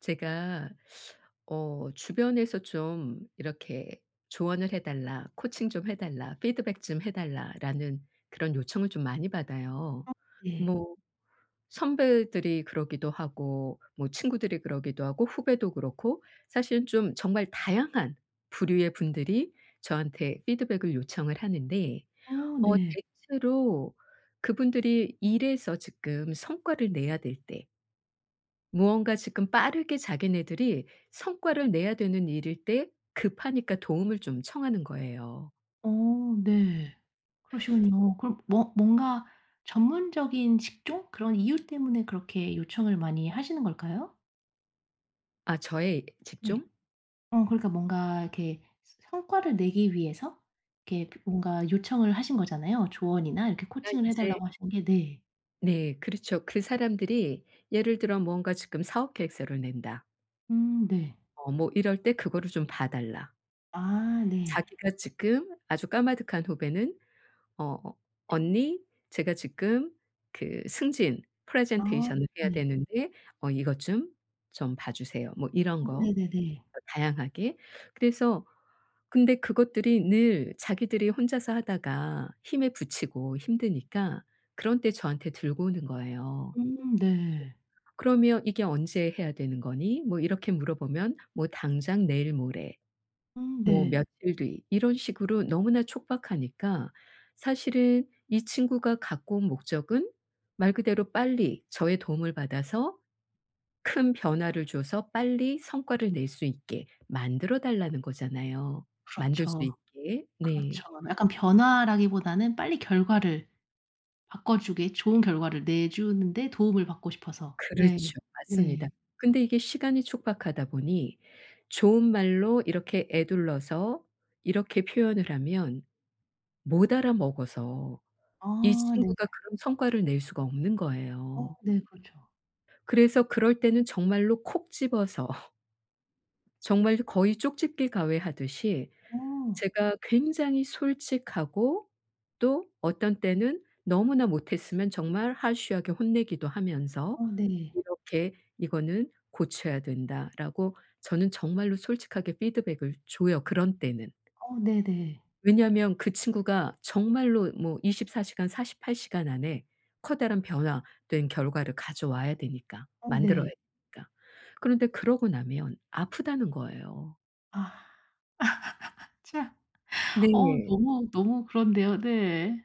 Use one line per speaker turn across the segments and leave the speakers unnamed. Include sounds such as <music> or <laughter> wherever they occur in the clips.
제가 주변에서 좀 이렇게 "조언을 해 달라. 코칭 좀 해 달라. 피드백 좀 해 달라."라는 그런 요청을 좀 많이 받아요.
어 네.
뭐 선배들이 그러기도 하고, 뭐 친구들이 그러기도 하고, 후배도 그렇고, 사실은 좀 정말 다양한 부류의 분들이 저한테 피드백을 요청을 하는데,
어 네.
대체로 그분들이 일에서 지금 성과를 내야 될때, 무언가 지금 빠르게 자기네들이 성과를 내야 되는 일일 때 급하니까 도움을 좀 청하는 거예요.
어 네. 그러시군요. 그럼 뭐 뭔가 전문적인 직종 그런 이유 때문에 그렇게 요청을 많이 하시는 걸까요?
아, 저의
네.
집중?
어 그러니까 뭔가 이렇게 스 성과를 내기 위해서 이렇게 그 뭔가 요청을 하신 거잖아요. 조언이나 이렇게
그러니까
코칭을 해
인제,
달라고 하신 게 네.
네 그렇죠. 그 사람들이 예를 들어 뭔가 지금 사업 계획서를 낸다.
네.
뭐 이럴 때 그거를 좀 봐 달라.
아 네.
자기가 지금 아주 까마득한 후배는 "어 언니, 제가 지금 그 승진
아
프레젠테이션을 해야
네.
되는데 이것 좀, 좀 봐 주세요." 뭐 이런
어
거
네네네.
다양하게. 그래서, 근데 그것들이 늘 자기들이 혼자서 하다가 힘에 부치고 힘드니까 그런 때 저한테 들고 오는 거예요.
네.
"그러면 이게 언제 해야 되는 거니?" 뭐 이렇게 물어보면 뭐 당장 내일 모레, 뭐
네.
며칠 뒤, 이런 식으로 너무나 촉박하니까 사실은 이 친구가 갖고 온 목적은 말 그대로 빨리 저의 도움을 받아서 큰 변화를 줘서 빨리 성과를 낼 수 있게 만들어 달라는 거잖아요. 만들 수
그렇죠.
있게. 네.
그렇죠. 약간 변화라기보다는 빨리 결과를 바꿔주게 좋은 결과를 내주는데 도움을 받고 싶어서. 네.
그렇죠. 맞습니다.
네.
근데 이게 시간이 촉박하다 보니 좋은 말로 이렇게 에둘러서 이렇게 표현을 하면 못 알아먹어서 이
아 네.
친구가 그런 성과를 낼 수가 없는
어
거예요.
네 그렇죠.
그래서 그럴 때는 정말로 콕 집어서 <laughs> 정말 거의 쪽집기 가외하듯이
어.
제가 굉장히 솔직하고, 또 어떤 때는 너무나 못했으면 정말 하소하게 혼내기도 하면서
어 네.
이렇게 "이거는 고쳐야 된다."라고 저는 정말로 솔직하게 피드백을 줘요, 그런 때는.
어 네네.
왜냐하면 그 친구가 정말로 뭐 24시간 시간, 48시간 시간 안에 커다란 변화된 결과를 가져와야 되니까,
어
만들어야
네.
되니까. 그런데 그러고 나면 아프다는 거예요.
아 참. 어
네.
너무, 너무 그런데요. 네.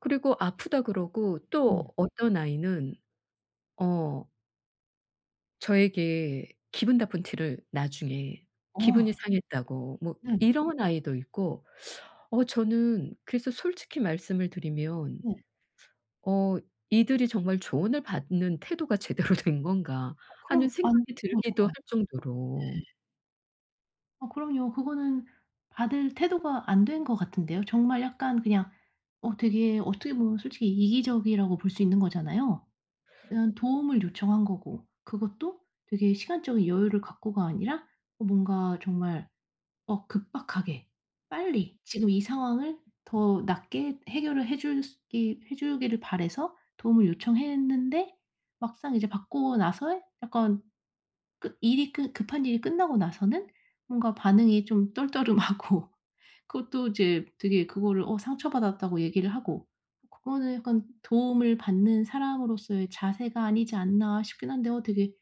그리고 아프다 그러고, 또
네.
어떤 아이는 어 저에게 기분 나쁜 티를 나중에,
어.
기분이 상했다고 뭐
네.
이런 아이도 있고, 저는 그래서 솔직히 말씀을 드리면,
네.
어 '이들이 정말 조언을 받는 태도가 제대로 된 건가.'
어
하는
그럼 안닌
생각이 들기도 할
거죠.
정도로.
네. 어 그럼요. 그거는 받을 태도가 안 된 것 같은데요. 정말 약간 그냥 되게 어떻게 보면 솔직히 이기적이라고 볼 수 있는 거잖아요. 도움을 요청한 거고 그것도 되게 시간적인 여유를 갖고가 아니라 뭔가 정말 급박하게 빨리 지금 이 상황을 더 낫게 해결을 해줄기해 주기를 바래서 도움을 요청했는데 막상 이제 받고 나서 약간 끝 일이 끝 급한 일이 끝나고 나서는 뭔가 반응이 좀 떨떠름하고 그것도 이제 되게 그거를 상처받았다고 얘기를 하고 그거는 약간 도움을 받는 사람으로서의 자세가 아니지 않나 싶긴 한데 되게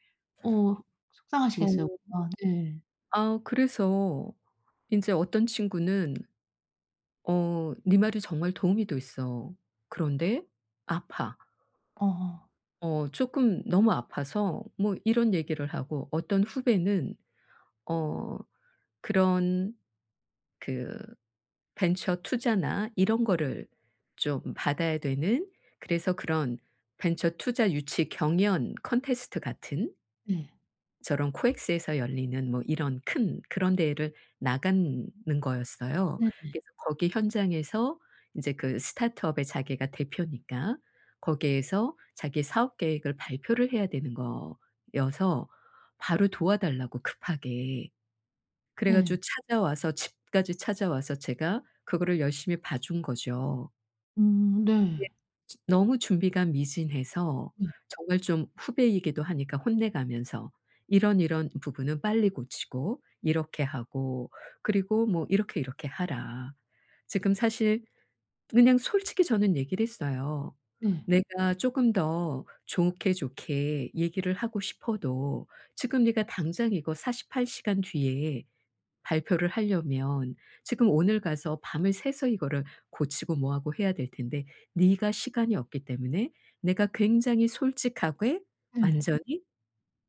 어 속상하시겠어요.
어
아 네.
그래서 이제 어떤 친구는 네 말이 정말 도움이 됐어. 그런데 아파.
어어.
조금 너무 아파서" 뭐 이런 얘기를 하고, 어떤 후배는 어 그런, 그 벤처 투자나 이런 거를 좀 받아야 되는, 그래서 그런 벤처 투자 유치 경연 컨테스트 같은,
네.
저런 코엑스에서 열리는 뭐 이런 큰 그런 대회를 나가는 거였어요.
네네.
그래서 거기 현장에서 인제 그 스타트업의 자기가 대표니까 거기에서 자기 사업 계획을 발표를 해야 되는 거여서 바로 도와달라고, 급하게 그래
네.
가지고 찾아와서, 집까지 찾아와서 제가 그거를 열심히 봐준 거죠. 네.
네.
너무 준비가 미진해서
네.
정말 좀 후배이기도 하니까 혼내가면서, "이런, 이런 부분은 빨리 고치고 이렇게 하고, 그리고 뭐 이렇게, 이렇게 하라." 지금 사실 그냥 솔직히 저는 얘기를 했어요.
네.
"내가 쪼금 더 좋게, 좋게 얘기를 하고 싶어도 지금 네가 당장 이거 48시간 시간 뒤에 발표를 하려면 지금 오늘 가서 밤을 새서 이거를 고치고 뭐 하고 해야 될 텐데, 네가 시간이 없기 때문에 내가 굉장히 솔직하게
네.
"완전히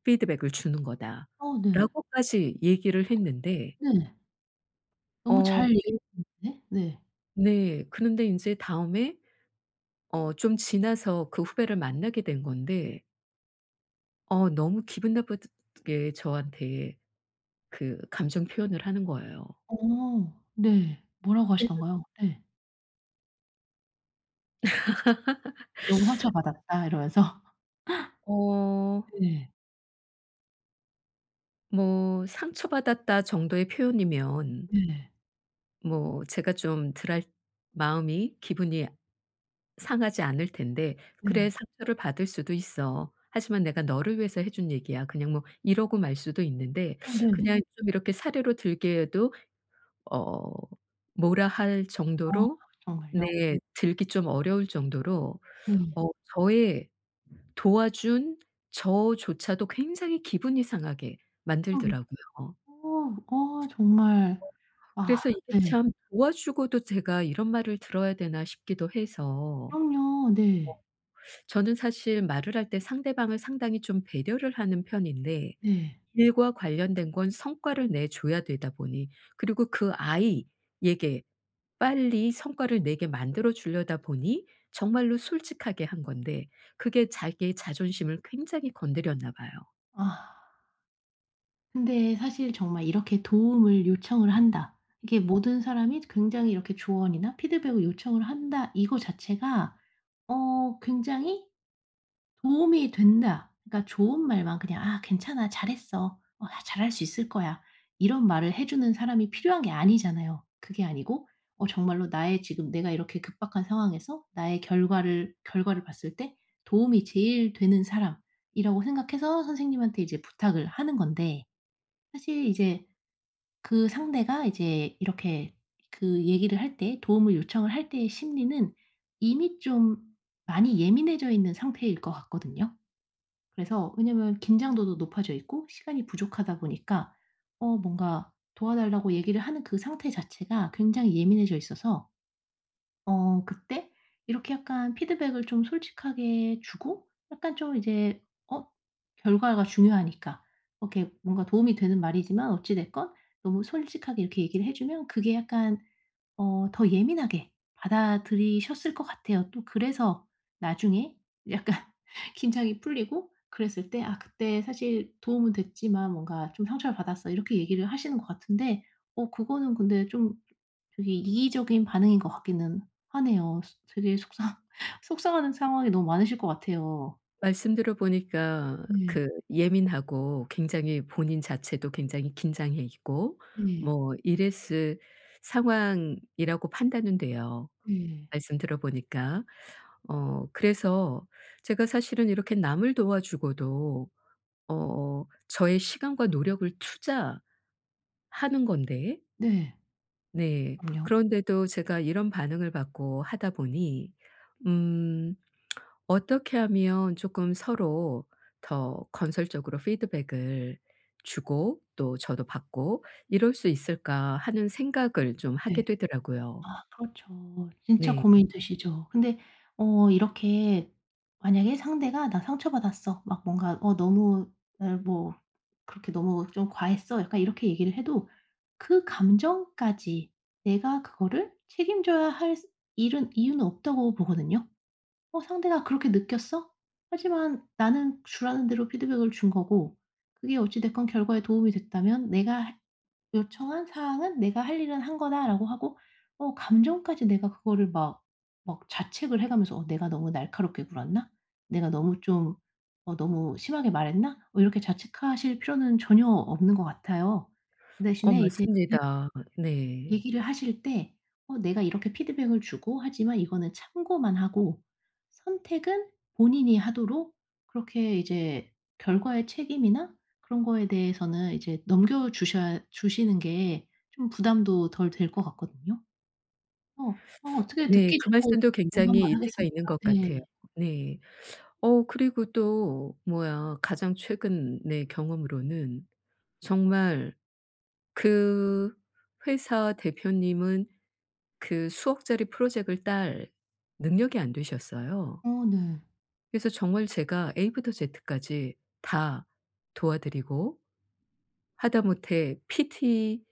피드백을 주는
어 네.
거다."라고까지 얘기를 했는데,
네. 너무 잘 얘기해
이제,
주는데 네.
네. 그런데 인제 다음에 좀 지나서 그 후배를 만나게 된 건데 너무 기분 나쁘게 저한테 그 감정 표현을 하는 거예요.
어 네. 뭐라고
그래서
하시던가요? 네. "너무 상처받았다." 이러면서.
어
<laughs> 네.
뭐 상처받았다 정도의 표현이면
네.
뭐 제가 좀 덜할, 마음이 기분이 상하지 않을 텐데, "그래
네.
상처를 받을 수도 있어. 하지만 내가 너를 위해서 해준 얘기야." 그냥 뭐 이러고 말 수도 있는데,
어 네.
그냥 좀 이렇게 사례로 들게 해도 어 뭐라 할
아
정도로,
정말요?
네 들기 좀 어려울 정도로
네.
어 저의 도와준 저조차도 굉장히 기분이 상하게
그러게요.
만들더라고요.
어. 어 정말 아
그래서 이게
네.
참, 도와주고도 제가 이런 말을 들어야 되나 싶기도 해서.
그럼요. 네.
저는 사실 말을 할 때 상대방을 상당히 좀 배려를 하는 편인데,
네.
일과 관련된 건 성과를 내 줘야 되다 보니, 그리고 그 아이에게 빨리 성과를 내게 만들어 주려다 보니 정말로 솔직하게 한 건데 그게 자기의 자존심을 굉장히 건드렸나 봐요.
아 근데 사실 정말 이렇게 도움을 요청을 한다. 이게 모든 사람이 굉장히 이렇게 조언이나 피드백을 요청을 한다 이거 자체가 굉장히 도움이 된다. 그러니까 좋은 말만 그냥 "아 괜찮아. 잘했어. 어 아 잘할 수 있을 거야." 이런 말을 해 주는 사람이 필요한 게 아니잖아요. 그게 아니고 정말로 나의 지금 내가 이렇게 급박한 상황에서 나의 결과를 봤을 때 도움이 제일 되는 사람이라고 생각해서 선생님한테 이제 부탁을 하는 건데 사실 이제 그 상대가 이제 이렇게 그 얘기를 할 때 도움을 요청을 할 때의 심리는 이미 좀 많이 예민해져 있는 상태일 것 같거든요. 그래서 왜냐면 긴장도도 높아져 있고 시간이 부족하다 보니까 뭔가 도와달라고 얘기를 하는 그 상태 자체가 굉장히 예민해져 있어서 그때 이렇게 약간 피드백을 좀 솔직하게 주고 약간 좀 이제 어 결과가 중요하니까 이렇게 뭔가 도움이 되는 말이지만 어찌 됐건 너무 솔직하게 이렇게 얘기를 해 주면 그게 약간 더 예민하게 받아들이셨을 것 같아요. 또 그래서 나중에 약간 <laughs> 긴장이 풀리고 그랬을 때 "아 그때 사실 도움은 됐지만 뭔가 좀 상처를 받았어." 이렇게 얘기를 하시는 것 같은데 그거는 근데 좀 되게 이기적인 반응인 것 같기는 하네요. 되게 속상 <laughs> 속상하는 상황이 너무 많으실 것 같아요.
말씀 들어보니까
네.
그 예민하고 굉장히 본인 자체도 굉장히 긴장해 있고
네.
뭐 이랬을 상황이라고 판단은 돼요.
네.
말씀 들어보니까. 그래서 제가 사실은 이렇게 남을 도와주고도 저의 시간과 노력을 투자하는 건데,
네.
네
그럼요.
그런데도 제가 이런 반응을 받고 하다 보니 음 어떻게 하면 조금 서로 더 건설적으로 피드백을 주고 또 저도 받고 '이럴 수 있을까.' 하는 생각을 좀 하게
네.
되더라고요.
아 그렇죠. 진짜
네.
고민이 되시죠. 근데 이렇게 만약에 상대가 "나 상처받았어." 막 뭔가 "어 너무 날 뭐 그렇게 너무 좀 과했어." 약간 이렇게 얘기를 해도 그 감정까지 내가 그거를 책임져야 할 일은 이유는 없다고 보거든요. 상대가 "그렇게 느꼈어?" 하지만 나는 주라는 대로 피드백을 준 거고 그게 어찌 됐건 결과에 도움이 됐다면 내가 요청한 사항은 '내가 할 일은 한 거다.'라고 하고 감정까지 내가 그거를 막 자책을 해 가면서 '어 내가 너무 날카롭게 굴었나? 내가 너무 좀 어 너무 심하게 말했나?' 이렇게 자책하실 필요는 전혀 없는 것 같아요. 그 대신에 이제 네.
맞습니다. 네.
얘기를 하실 때 내가 이렇게 피드백을 주고 하지만 이거는 참고만 하고 선택은 본인이 하도록 그렇게 이제 결과의 책임이나 그런 거에 대해서는 이제 넘겨 주셔야 주시는 게 좀 부담도 덜 될 것 같거든요. 어, 어떻게
네.
듣기
그
좋고
말씀도
공감만
굉장히 일리가
하겠습니까?
있는 것
네.
같아요. 네. 그리고 또 뭐야, 가장 최근 내 경험으로는, 정말 그 회사 대표님은 그 수억짜리 프로젝트를 딸 능력이 안 되셨어요.
어 네.
그래서 정말 제가 A부터 Z까지 다 도와드리고 하다못해 PT의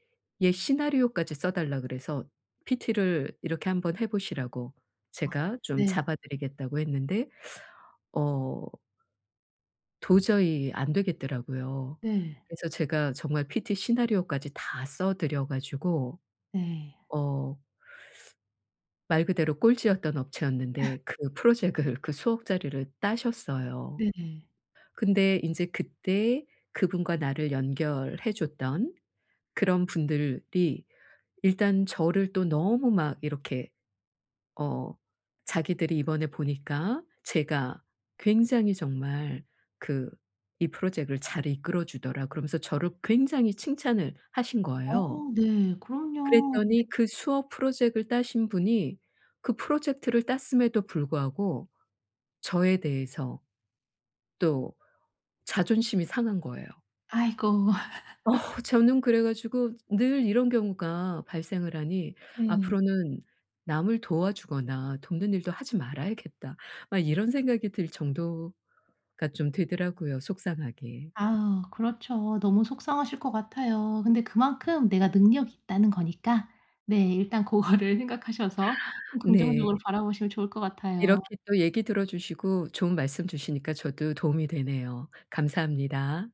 시나리오까지 써 달라 그래서 PT를 "이렇게 한번 해 보시라."고
아
제가 좀
네.
잡아 드리겠다고 했는데 어 도저히 안 되겠더라고요.
네.
그래서 제가 정말 PT 시나리오까지 다 써 드려 가지고,
네.
어 말 그대로 꼴찌였던 업체였는데 그 프로젝트를, 그 수억짜리를 따셨어요.
네.
근데 인제 그때 그분과 나를 연결해 줬던 그런 분들이 일단 저를 또 너무 막 이렇게, 어 자기들이 이번에 보니까 제가 굉장히 정말 그 이 프로젝트를 "잘 이끌어 주더라." 그러면서 저를 굉장히 칭찬을 하신
어
거예요.
네. 그럼요.
그랬더니
네.
그 수업 프로젝트를 따신 분이 그 프로젝트를 땄음에도 불구하고 저에 대해서 또 자존심이 상한 거예요.
아이고. <laughs>
아, 저는 그래 가지고 늘 이런 경우가 발생을 하니
네.
'앞으로는 남을 도와주거나 돕는 일도 하지 말아야겠다.' 막 이런 생각이 들 정도가 좀 되더라고요, 속상하게.
아 그렇죠. 너무 속상하실 것 같아요. 근데 그만큼 내가 능력이 있다는 거니까 네 일단 그거를 <laughs> 생각하셔서 좀
네.
긍정적으로 바라보시면 좋을 것 같아요.
이렇게 또 얘기 들어 주시고 좋은 말씀 주시니까 저도 도움이 되네요. 감사합니다.